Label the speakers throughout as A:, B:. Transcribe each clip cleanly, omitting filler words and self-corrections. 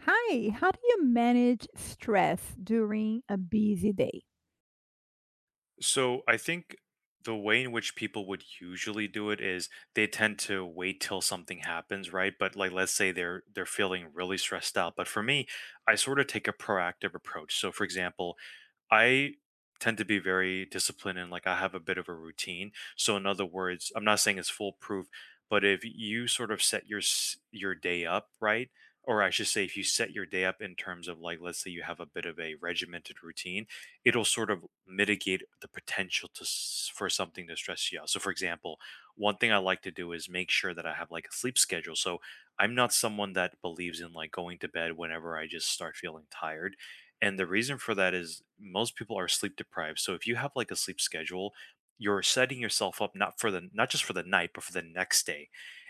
A: Hi, how do you manage stress during a busy day?
B: So I think the way in which people would usually do it is they tend to wait till something happens, right? But like let's say they're feeling really stressed out. But for me, I sort of take a proactive approach. So for example, I tend to be very disciplined and like I have a bit of a routine. So in other words, I'm not saying it's foolproof, but if you sort of set your day up right, or I should say if you set your day up in terms of like let's say you have a bit of a regimented routine, it'll sort of mitigate the potential for something to stress you out. So for example, one thing I like to do is make sure that I have like a sleep schedule. So I'm not someone that believes in like going to bed whenever I just start feeling tired, and the reason for that is most people are sleep deprived. So if you have like a sleep schedule, you're setting yourself up not just for the night, but for the next day.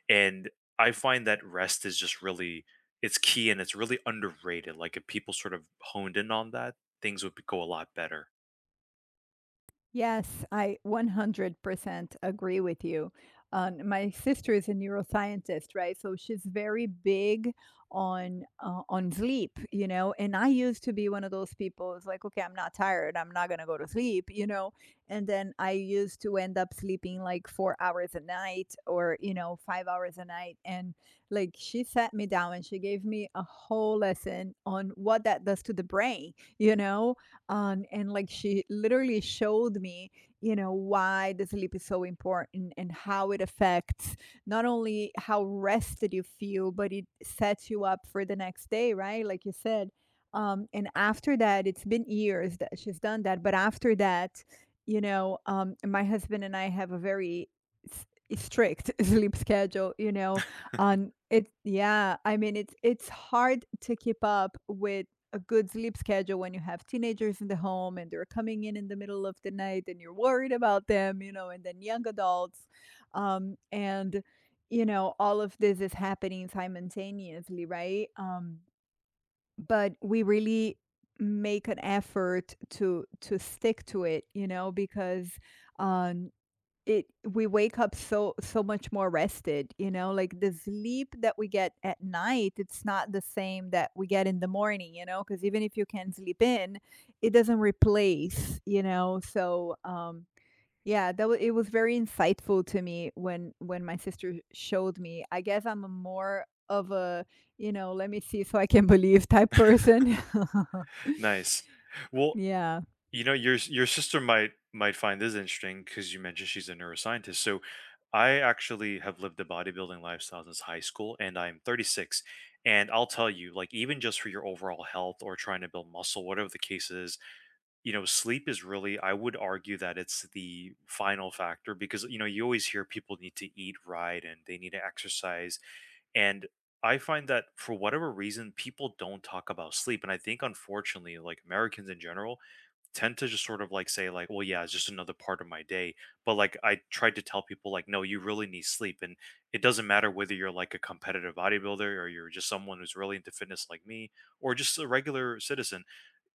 B: And I find that rest is just really, it's key and it's really underrated. Like if people sort of honed in on that, go a lot better.
A: Yes, I 100% agree with you. My sister is a neuroscientist, right? So she's very big on sleep, you know. And I used to be one of those people. It's like, okay, I'm not tired. I'm not gonna go to sleep, you know. And then I used to end up sleeping like 4 hours a night, or you know, 5 hours a night. And like, she sat me down and she gave me a whole lesson on what that does to the brain, you know, and like she literally showed me, you know, why the sleep is so important and how it affects not only how rested you feel, but it sets you up for the next day, right? Like you said. And after that, it's been years that she's done that. But after that, you know, my husband and I have a very s- strict sleep schedule, you know, on it. Yeah, I mean, it's hard to keep up with a good sleep schedule when you have teenagers in the home and they're coming in the middle of the night and you're worried about them, you know, and then young adults. Um, and, you know, all of this is happening simultaneously, right? But we really make an effort to stick to it because um it, we wake up so so much more rested, you know? Like, the sleep that we get at night, it's not the same that we get in the morning, you know, because even if you can sleep in, it doesn't replace, So, yeah, that was it was very insightful to me when my sister showed me. I guess I'm a more of a, you know, "Let me see so I can believe" type person.
B: Nice. Well,
A: Yeah.
B: you know, your sister might find this interesting because you mentioned she's a neuroscientist. So I actually have lived a bodybuilding lifestyle since high school, and I'm 36. And I'll tell you, like even just for your overall health or trying to build muscle, whatever the case is, you know, sleep is really, I would argue that it's the final factor, because, you know, you always hear people need to eat right and they need to exercise. And I find that for whatever reason, people don't talk about sleep. And I think, unfortunately, like Americans in general tend to just sort of like say like, well, yeah, it's just another part of my day, but like I tried to tell people like, no, you really need sleep, and it doesn't matter whether you're like a competitive bodybuilder or you're just someone who's really into fitness like me, or just a regular citizen,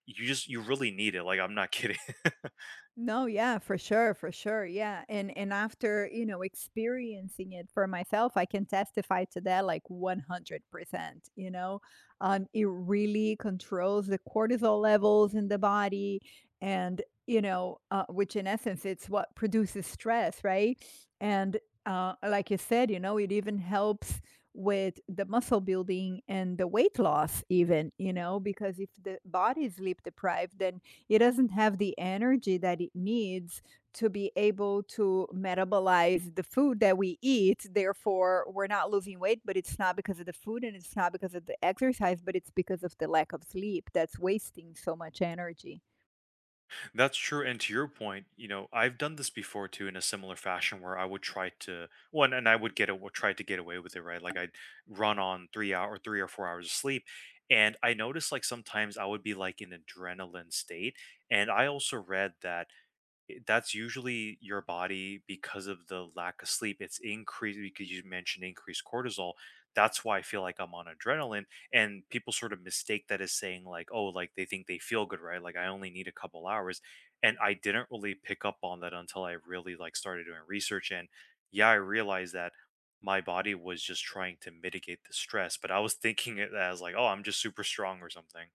B: you really need it, like I'm not kidding.
A: No, yeah, for sure, for sure. Yeah. And after, you know, experiencing it for myself, I can testify to that like 100%, you know. It really controls the cortisol levels in the body and, you know, which in essence it's what produces stress, right? And like you said, you know, it even helps with the muscle building and the weight loss even, you know, because if the body is sleep deprived, then it doesn't have the energy that it needs to be able to metabolize the food that we eat. Therefore, we're not losing weight, but it's not because of the food and it's not because of the exercise, but it's because of the lack of sleep that's wasting so much energy.
B: That's true. And to your point, you know, I've done this before too in a similar fashion where I would try to one, and I would get it, try to get away with it, right? Like I'd run on 3 or 4 hours of sleep. And I noticed like sometimes I would be like in adrenaline state. And I also read that that's usually your body because of the lack of sleep. It's increased because you mentioned increased cortisol. That's why I feel like I'm on adrenaline. And people sort of mistake that as saying, like, oh, like they think they feel good, right? Like I only need a couple hours. And I didn't really pick up on that until I really like started doing research. And yeah, I realized that my body was just trying to mitigate the stress, but I was thinking it as like, oh, I'm just super strong or something.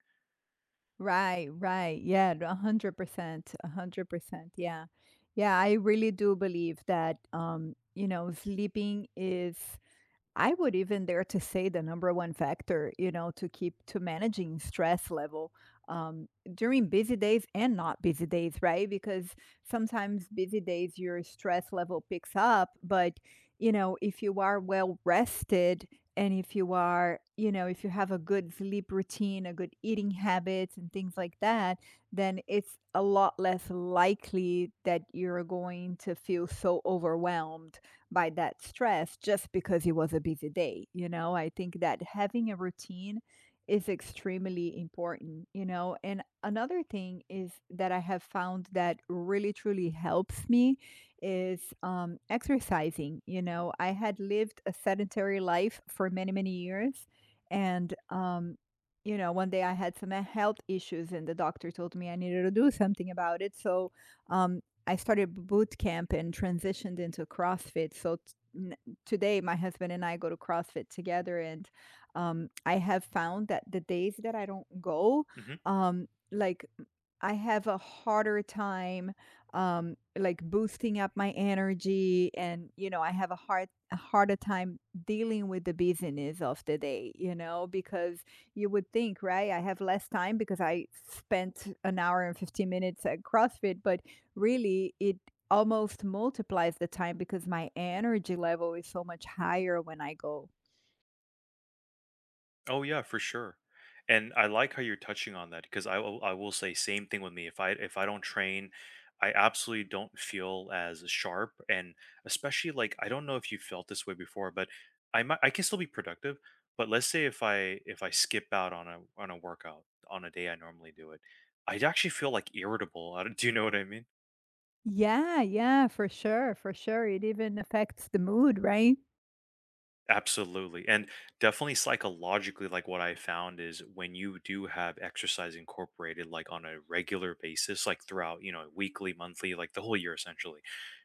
A: Right, right. Yeah, 100%. A 100%. Yeah. Yeah, I really do believe that, you know, sleeping is, I would even dare to say, the number one factor, you know, to keep to managing stress level, um, during busy days and not busy days, right? Because sometimes busy days your stress level picks up, but you know, if you are well rested and if you are, you know, if you have a good sleep routine, a good eating habits and things like that, then it's a lot less likely that you're going to feel so overwhelmed by that stress just because it was a busy day. You know, I think that having a routine is extremely important, you know. And another thing is that I have found that really truly helps me is exercising. You know, I had lived a sedentary life for many, many years. And, um, you know, one day I had some health issues and the doctor told me I needed to do something about it. So, um, I started boot camp and transitioned into CrossFit. So today, my husband and I go to CrossFit together, and I have found that the days that I don't go,
B: Mhm.
A: like I have a harder time, like boosting up my energy, and you know, I have a harder time dealing with the busyness of the day. You know, because you would think, right? I have less time because I spent an hour and 15 minutes at CrossFit, but really it almost multiplies the time because my energy level is so much higher when I go.
B: Oh yeah, for sure. And I like how you're touching on that because I will say same thing with me. If I don't train, I absolutely don't feel as sharp, and especially like I don't know if you felt this way before, but I can still be productive, but let's say if I skip out on a workout on a day I normally do it, I actually feel like irritable. I don't- Do you know what I mean?
A: Yeah, yeah, for sure, for sure. It even affects the mood, right?
B: Absolutely. And definitely psychologically, like what I found is when you do have exercise incorporated, like on a regular basis, like throughout, you know, weekly, monthly, like the whole year essentially,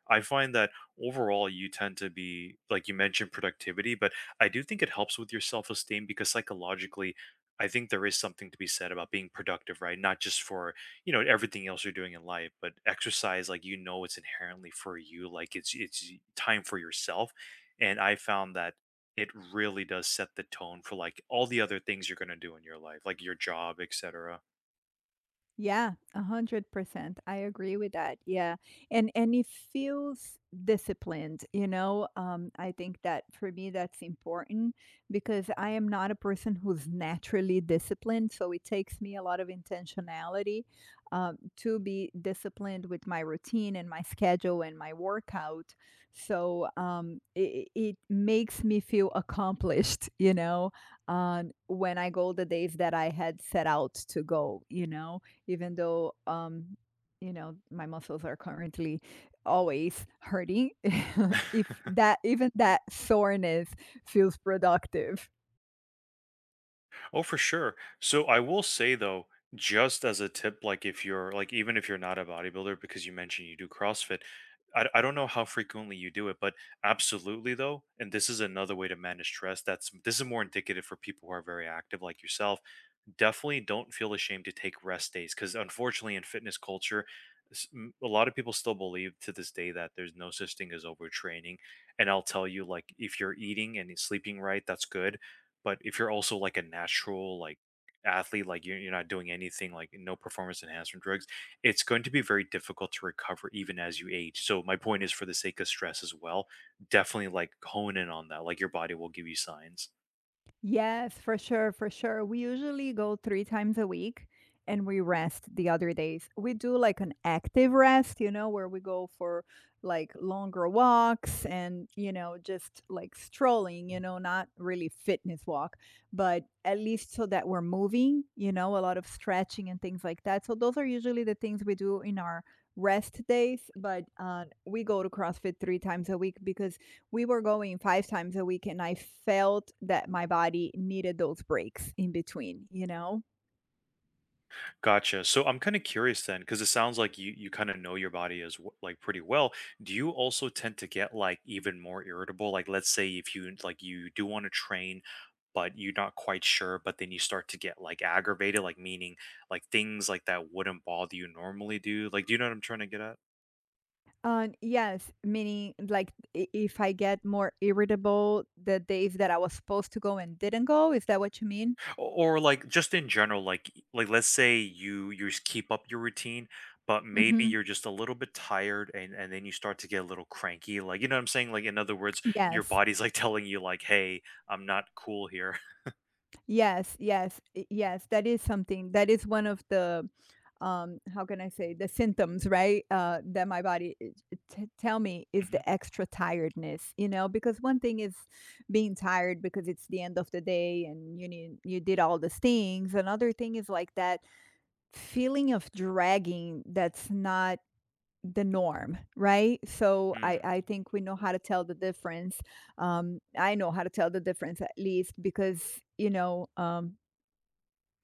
B: I find that overall you tend to be, like you mentioned, productivity, but I do think it helps with your self esteem, because psychologically, I think there is something to be said about being productive, right? Not just for, you know, everything else you're doing in life, but exercise, like you know it's inherently for you, like it's time for yourself. And I found that it really does set the tone for like all the other things you're going to do in your life, like your job, etc.
A: Yeah, 100%. I agree with that. Yeah. And it feels disciplined, you know? I think that for me that's important because I am not a person who's naturally disciplined, so it takes me a lot of intentionality to be disciplined with my routine and my schedule and my workout. So, it makes me feel accomplished, you know, when I go the days that I had set out to go, you know? Even though you know, my muscles are currently always hurting. If that, even that soreness, feels productive.
B: Oh, for sure. So I will say though, just as a tip, like if you're like even if you're not a bodybuilder, because you mentioned you do CrossFit, I don't know how frequently you do it, but absolutely though, and this is another way to manage stress. That's, this is more indicative for people who are very active, like yourself. Definitely don't feel ashamed to take rest days, because unfortunately in fitness culture, a lot of people still believe to this day that there's no such thing as overtraining, and I'll tell you, like if you're eating and sleeping right, that's good, but if you're also like a natural like athlete, like you're not doing anything, like no performance enhancement drugs, it's going to be very difficult to recover even as you age, so my point is for the sake of stress as well, definitely like hone in on that, like your body will give you signs.
A: Yes, for sure, for sure. We usually go 3 times a week and we rest the other days. We do like an active rest, you know, where we go for like longer walks and, you know, just like strolling, you know, not really fitness walk, but at least so that we're moving, you know, a lot of stretching and things like that. So those are usually the things we do in our rest days, but we go to CrossFit 3 times a week because we were going 5 times a week and I felt that my body needed those breaks in between, you know.
B: Gotcha. So I'm kind of curious then, because it sounds like you kind of know your body as like pretty well. Do you also tend to get like even more irritable? Like, let's say if you like you do want to train, but you're not quite sure, but then you start to get like aggravated, like meaning like things like that wouldn't bother you normally. Do, like, do you know what I'm trying to get at?
A: Yes, meaning like, if I get more irritable the days that I was supposed to go and didn't go, is that what you mean?
B: Or, like just in general, like let's say you just keep up your routine, but maybe
A: hmm
B: you're just a little bit tired, and then you start to get a little cranky, like you know what I'm saying, like in other words your
A: yes.
B: body's like telling you like, hey, I'm not cool here.
A: Yes, yes, I yes, that is something that is one of the, how can I say, the symptoms, right? That my body I t tell me is the
B: Mhm.
A: extra tiredness, you know, because one thing is being tired because it's the end of the day and you need you did all these things. Another thing is like that feeling of dragging that's not the norm, right? So I
B: Mm,
A: I think we know how to tell the difference. I know how to tell the difference at least because, you know, um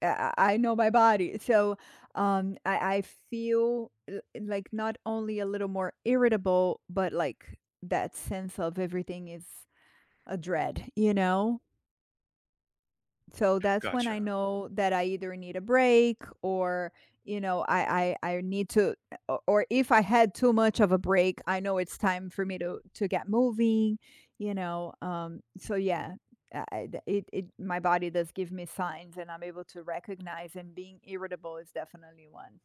A: I know my body. So, I feel like not only a little more irritable, but like that sense of everything is a dread, you know? So that's when I
B: gotcha.
A: know that I either need a break you know, I need to o or if I had too much of a break, I know it's time for me to get moving, you know, so yeah, I d it it my body does give me signs and I'm able to recognize, and being irritable is definitely one.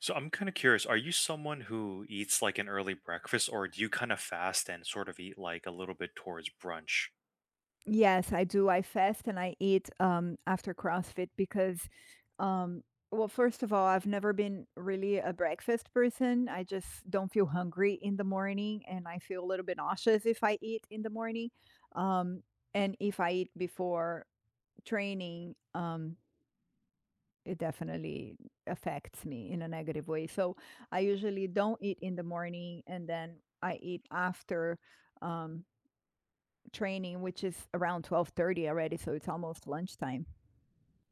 B: So I'm kind of curious, are you someone who eats like an early breakfast, or do you kind of fast and sort of eat like a little bit towards brunch?
A: Yes, I do. I fast and I eat after CrossFit because, um, well, first of all, I've never been really a breakfast person. I just don't feel hungry in the morning and I feel a little bit nauseous if I eat in the morning. Um, and if I eat before training, it definitely affects me in a negative way. So I usually don't eat in the morning and then I eat after. Um, training, which is around 12:30 already, so it's almost lunchtime.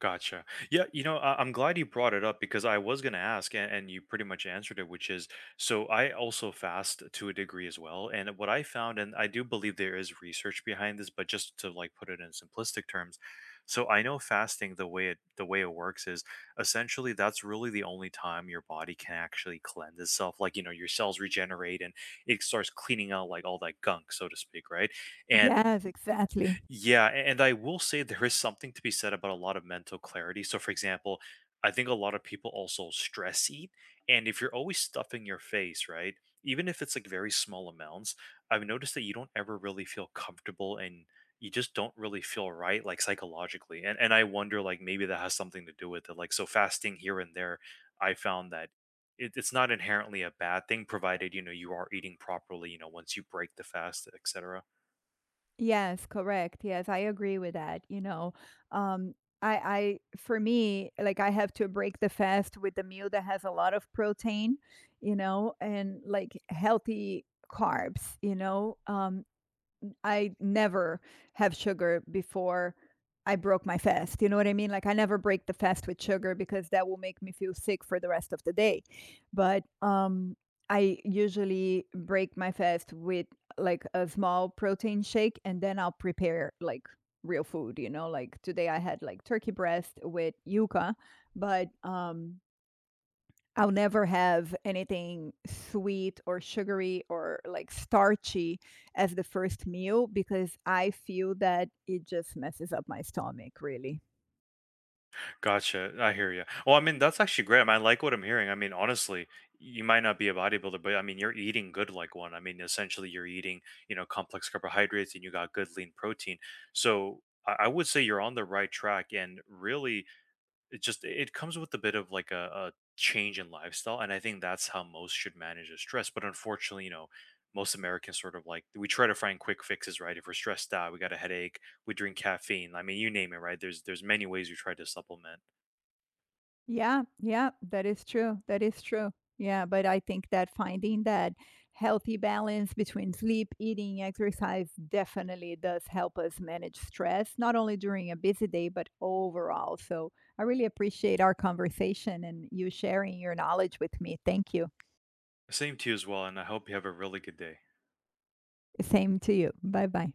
B: Gotcha. Yeah, you know, I'm glad you brought it up, because I was going to ask, and you pretty much answered it, which is, so I also fast to a degree as well. And what I found, and I do believe there is research behind this, but just to like put it in simplistic terms, so I know fasting, the way it works is essentially that's really the only time your body can actually cleanse itself. Like you know, your cells regenerate and it starts cleaning out like all that gunk, so to speak, right? And
A: Yes, exactly.
B: yeah, and I will say there is something to be said about a lot of mental clarity. So, for example, I think a lot of people also stress eat. And if you're always stuffing your face, right, even if it's like very small amounts, I've noticed that you don't ever really feel comfortable, and you just don't really feel right, like psychologically. And I wonder, like, maybe that has something to do with it. Like, so fasting here and there, I found that it's not inherently a bad thing, provided, you know, you are eating properly, you know, once you break the fast, etc.
A: Yes, correct. Yes, I agree with that, you know. Um, I, for me, like I have to break the fast with the meal that has a lot of protein, you know, and like healthy carbs, you know. I never have sugar before I broke my fast. You know what I mean? Like I never break the fast with sugar because that will make me feel sick for the rest of the day. But I usually break my fast with like a small protein shake and then I'll prepare like real food, you know, like today I had like turkey breast with yuca, but I'll never have anything sweet or sugary or like starchy as the first meal because I feel that it just messes up my stomach, really.
B: Gotcha. I hear you. Well, I mean, that's actually great. I mean, I like what I'm hearing. I mean, honestly, you might not be a bodybuilder, but I mean, you're eating good like one. I mean, essentially, you're eating, you know, complex carbohydrates, and you got good lean protein. So I would say you're on the right track. And really, it comes with a bit of like a change in lifestyle. And I think that's how most should manage their stress. But unfortunately, you know, most Americans sort of like, we try to find quick fixes, right? If we're stressed out, we got a headache, we drink caffeine. I mean, you name it, right? There's many ways we try to supplement.
A: Yeah, yeah, that is true. That is true. Yeah, but I think that finding that healthy balance between sleep, eating, exercise definitely does help us manage stress, not only during a busy day, but overall. So I really appreciate our conversation and you sharing your knowledge with me. Thank you.
B: Same to you as well, and I hope you have a really good day.
A: Same to you. Bye bye.